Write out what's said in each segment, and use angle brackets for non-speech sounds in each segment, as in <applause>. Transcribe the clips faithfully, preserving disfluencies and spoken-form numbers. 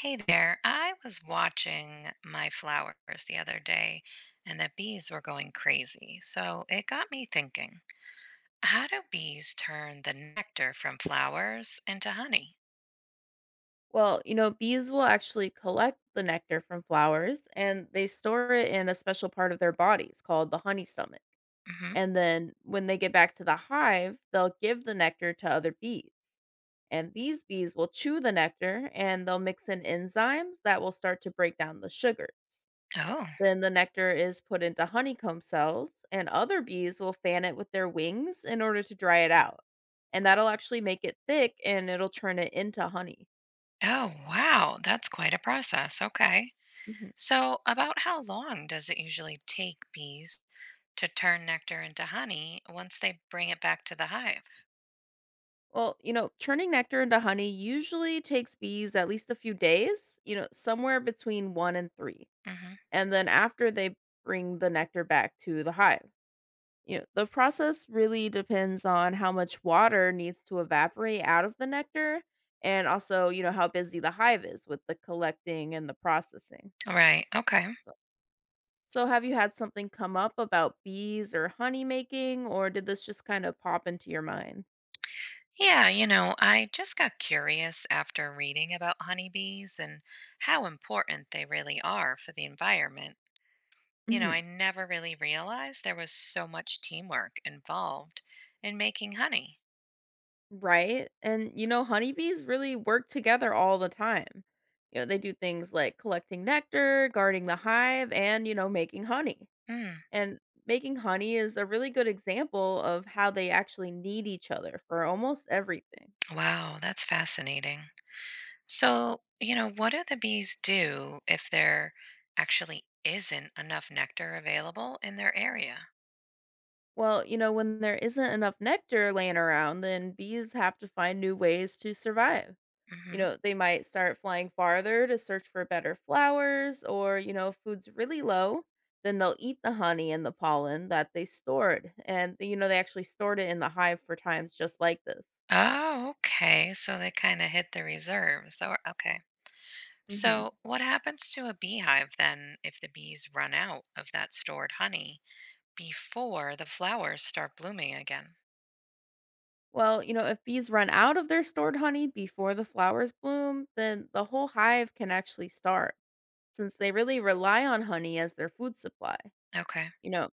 Hey there. I was watching my flowers the other day and the bees were going crazy. So it got me thinking, how do bees turn the nectar from flowers into honey? Well, you know, bees will actually collect the nectar from flowers and they store it in a special part of their bodies called the honey stomach. Hmm. And then when they get back to the hive, they'll give the nectar to other bees. And these bees will chew the nectar and they'll mix in enzymes that will start to break down the sugars. Oh, Then the nectar is put into honeycomb cells, and other bees will fan it with their wings in order to dry it out. And that'll actually make it thick and it'll turn it into honey. oh, wow. That's quite a process. Okay. So, about how long does it usually take bees to turn nectar into honey once they bring it back to the hive? Well, you know, turning nectar into honey usually takes bees at least a few days, you know, somewhere between one and three. Hmm. And then after they bring the nectar back to the hive. You know, the process really depends on how much water needs to evaporate out of the nectar and also, you know, how busy the hive is with the collecting and the processing. Right. Okay. So, have you had something come up about bees or honey making, or did this just kind of pop into your mind? Yeah, you know, I just got curious after reading about honeybees and how important they really are for the environment. You know, Mhm. I never really realized there was so much teamwork involved in making honey. Right? And, you know, honeybees really work together all the time. You know, they do things like collecting nectar, guarding the hive, and, you know, making honey. Mm. And making honey is a really good example of how they actually need each other for almost everything. Wow, that's fascinating. So, you know, what do the bees do if there actually isn't enough nectar available in their area? Well, you know, when there isn't enough nectar laying around, then bees have to find new ways to survive. You hmm. Know, they might start flying farther to search for better flowers, or, you know, if food's really low, then they'll eat the honey and the pollen that they stored. And, you know, they actually stored it in the hive for times just like this. Oh, okay. So they kind of hit the reserves. So, okay. Hmm. So, what happens to a beehive then if the bees run out of that stored honey before the flowers start blooming again? Well, you know, if bees run out of their stored honey before the flowers bloom, then the whole hive can actually starve since they really rely on honey as their food supply. Okay. You know,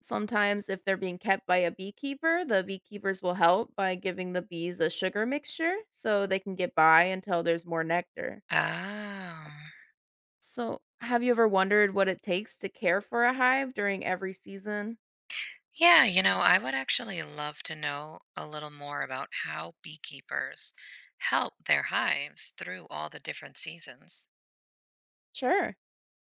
Sometimes if they're being kept by a beekeeper, the beekeepers will help by giving the bees a sugar mixture so they can get by until there's more nectar. Oh. So, have you ever wondered what it takes to care for a hive during every season? Yeah, you know, I would actually love to know a little more about how beekeepers help their hives through all the different seasons. Sure.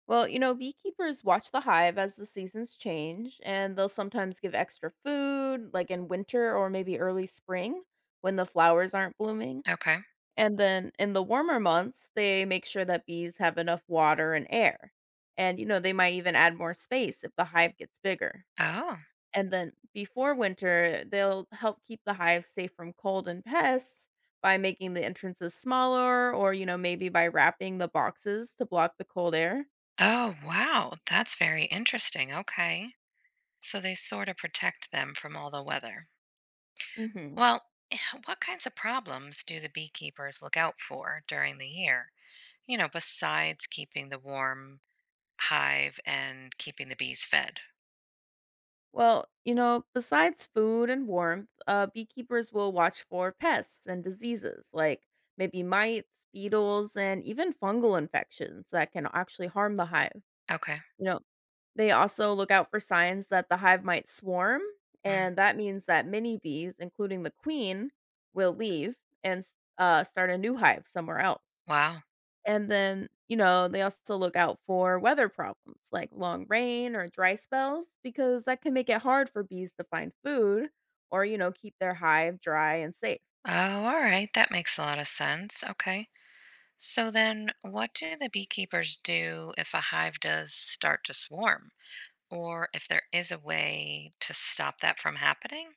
Well, you know, beekeepers watch the hive as the seasons change, and they'll sometimes give extra food, like in winter or maybe early spring when the flowers aren't blooming. Okay. And then in the warmer months, they make sure that bees have enough water and air. And, you know, they might even add more space if the hive gets bigger. Oh. And then before winter, they'll help keep the hive safe from cold and pests by making the entrances smaller or, you know, maybe by wrapping the boxes to block the cold air. Oh, wow. That's very interesting. Okay. So they sort of protect them from all the weather. Mhm. Well, <sighs> what kinds of problems do the beekeepers look out for during the year? You know, besides keeping the warm hive and keeping the bees fed. Well, you know, besides food and warmth, uh, beekeepers will watch for pests and diseases like maybe mites, beetles, and even fungal infections that can actually harm the hive. Okay. You know, they also look out for signs that the hive might swarm, Mm. and that means that many bees, including the queen, will leave and s- uh, start a new hive somewhere else. Wow. And then, you know, they also look out for weather problems like long rain or dry spells because that can make it hard for bees to find food or, you know, keep their hive dry and safe. Oh, all right. That makes a lot of sense. Okay. So then, what do the beekeepers do if a hive does start to swarm, or if there is a way to stop that from happening?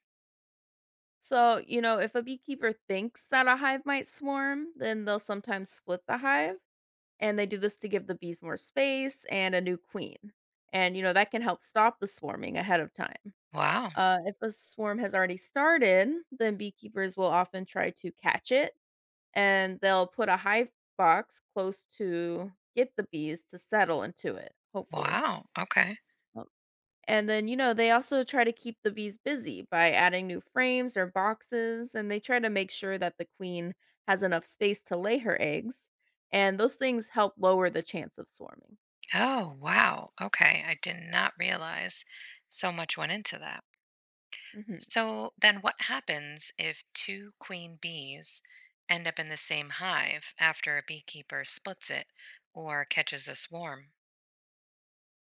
So, you know, if a beekeeper thinks that a hive might swarm, then they'll sometimes split the hive. And they do this to give the bees more space and a new queen. And, you know, that can help stop the swarming ahead of time. Wow. Uh, if a swarm has already started, then beekeepers will often try to catch it and they'll put a hive box close to get the bees to settle into it, hopefully. Wow. Okay. Oh. And then, you know, they also try to keep the bees busy by adding new frames or boxes, and they try to make sure that the queen has enough space to lay her eggs. And those things help lower the chance of swarming. Oh, wow. Okay. I did not realize so much went into that. Mhm. So then what happens if two queen bees end up in the same hive after a beekeeper splits it or catches a swarm?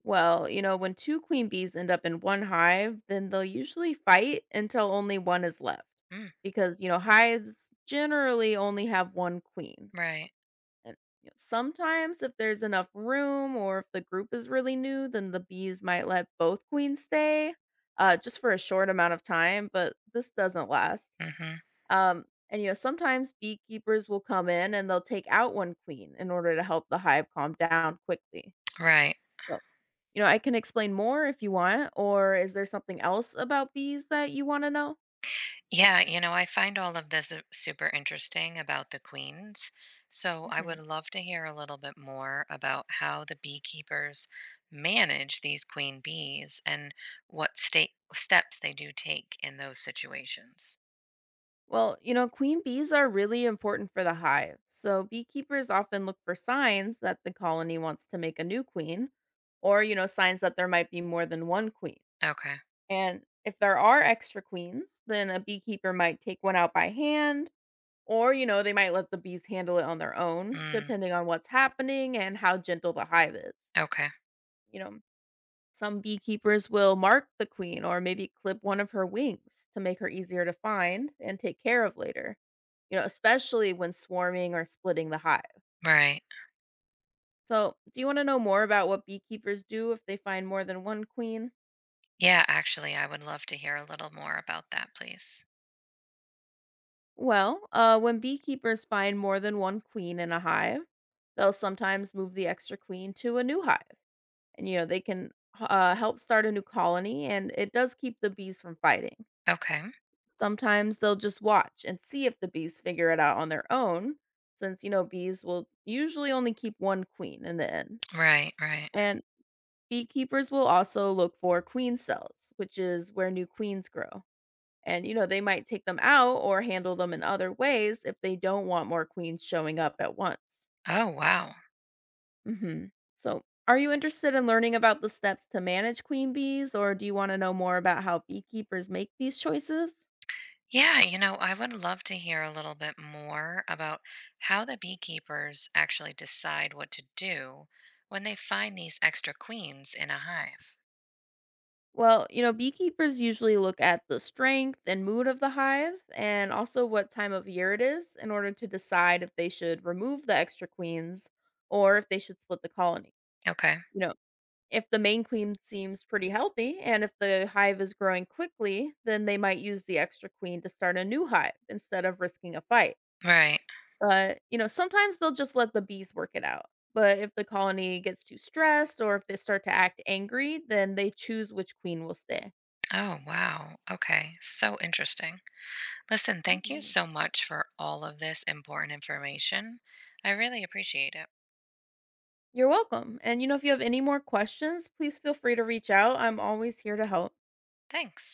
Well, you know, when two queen bees end up in one hive, then they'll usually fight until only one is left Mm, because, you know, hives generally only have one queen. right. And you know, sometimes, if there's enough room or if the group is really new, then the bees might let both queens stay uh, just for a short amount of time, but this doesn't last. Mhm. Um, and you know, sometimes beekeepers will come in and they'll take out one queen in order to help the hive calm down quickly. Right. So, you know, I can explain more if you want, or is there something else about bees that you want to know? Yeah, you know, I find all of this uh, super interesting about the queens. So I would Mhm. love to hear a little bit more about how the beekeepers manage these queen bees and what state steps they do take in those situations. Well, you know, queen bees are really important for the hive. So beekeepers often look for signs that the colony wants to make a new queen or, you know, signs that there might be more than one queen. Okay. And if there are extra queens, then a beekeeper might take one out by hand or, you know, they might let the bees handle it on their own, Mm, depending on what's happening and how gentle the hive is. okay. You know, some beekeepers will mark the queen or maybe clip one of her wings to make her easier to find and take care of later, you know, especially when swarming or splitting the hive. Right. So, do you want to know more about what beekeepers do if they find more than one queen? Yeah, actually, I would love to hear a little more about that, please. Well, uh, when beekeepers find more than one queen in a hive, they'll sometimes move the extra queen to a new hive. And, you know, they can uh, help start a new colony and it does keep the bees from fighting. Okay. Sometimes they'll just watch and see if the bees figure it out on their own, since, you know, bees will usually only keep one queen in the end. Right, right. And beekeepers will also look for queen cells, which is where new queens grow. And, you know, they might take them out or handle them in other ways if they don't want more queens showing up at once. Oh, wow. Hmm. So, are you interested in learning about the steps to manage queen bees, or do you want to know more about how beekeepers make these choices? Yeah, you know, I would love to hear a little bit more about how the beekeepers actually decide what to do when they find these extra queens in a hive. Well, you know, beekeepers usually look at the strength and mood of the hive and also what time of year it is in order to decide if they should remove the extra queens or if they should split the colony. Okay. You know, if the main queen seems pretty healthy and if the hive is growing quickly, then they might use the extra queen to start a new hive instead of risking a fight. Right. But, you know, sometimes they'll just let the bees work it out. But if the colony gets too stressed or if they start to act angry, then they choose which queen will stay. Oh, wow. Okay. So interesting. Listen, thank you Mhm. so much for all of this important information. I really appreciate it. You're welcome. And you know, if you have any more questions, please feel free to reach out. I'm always here to help. Thanks.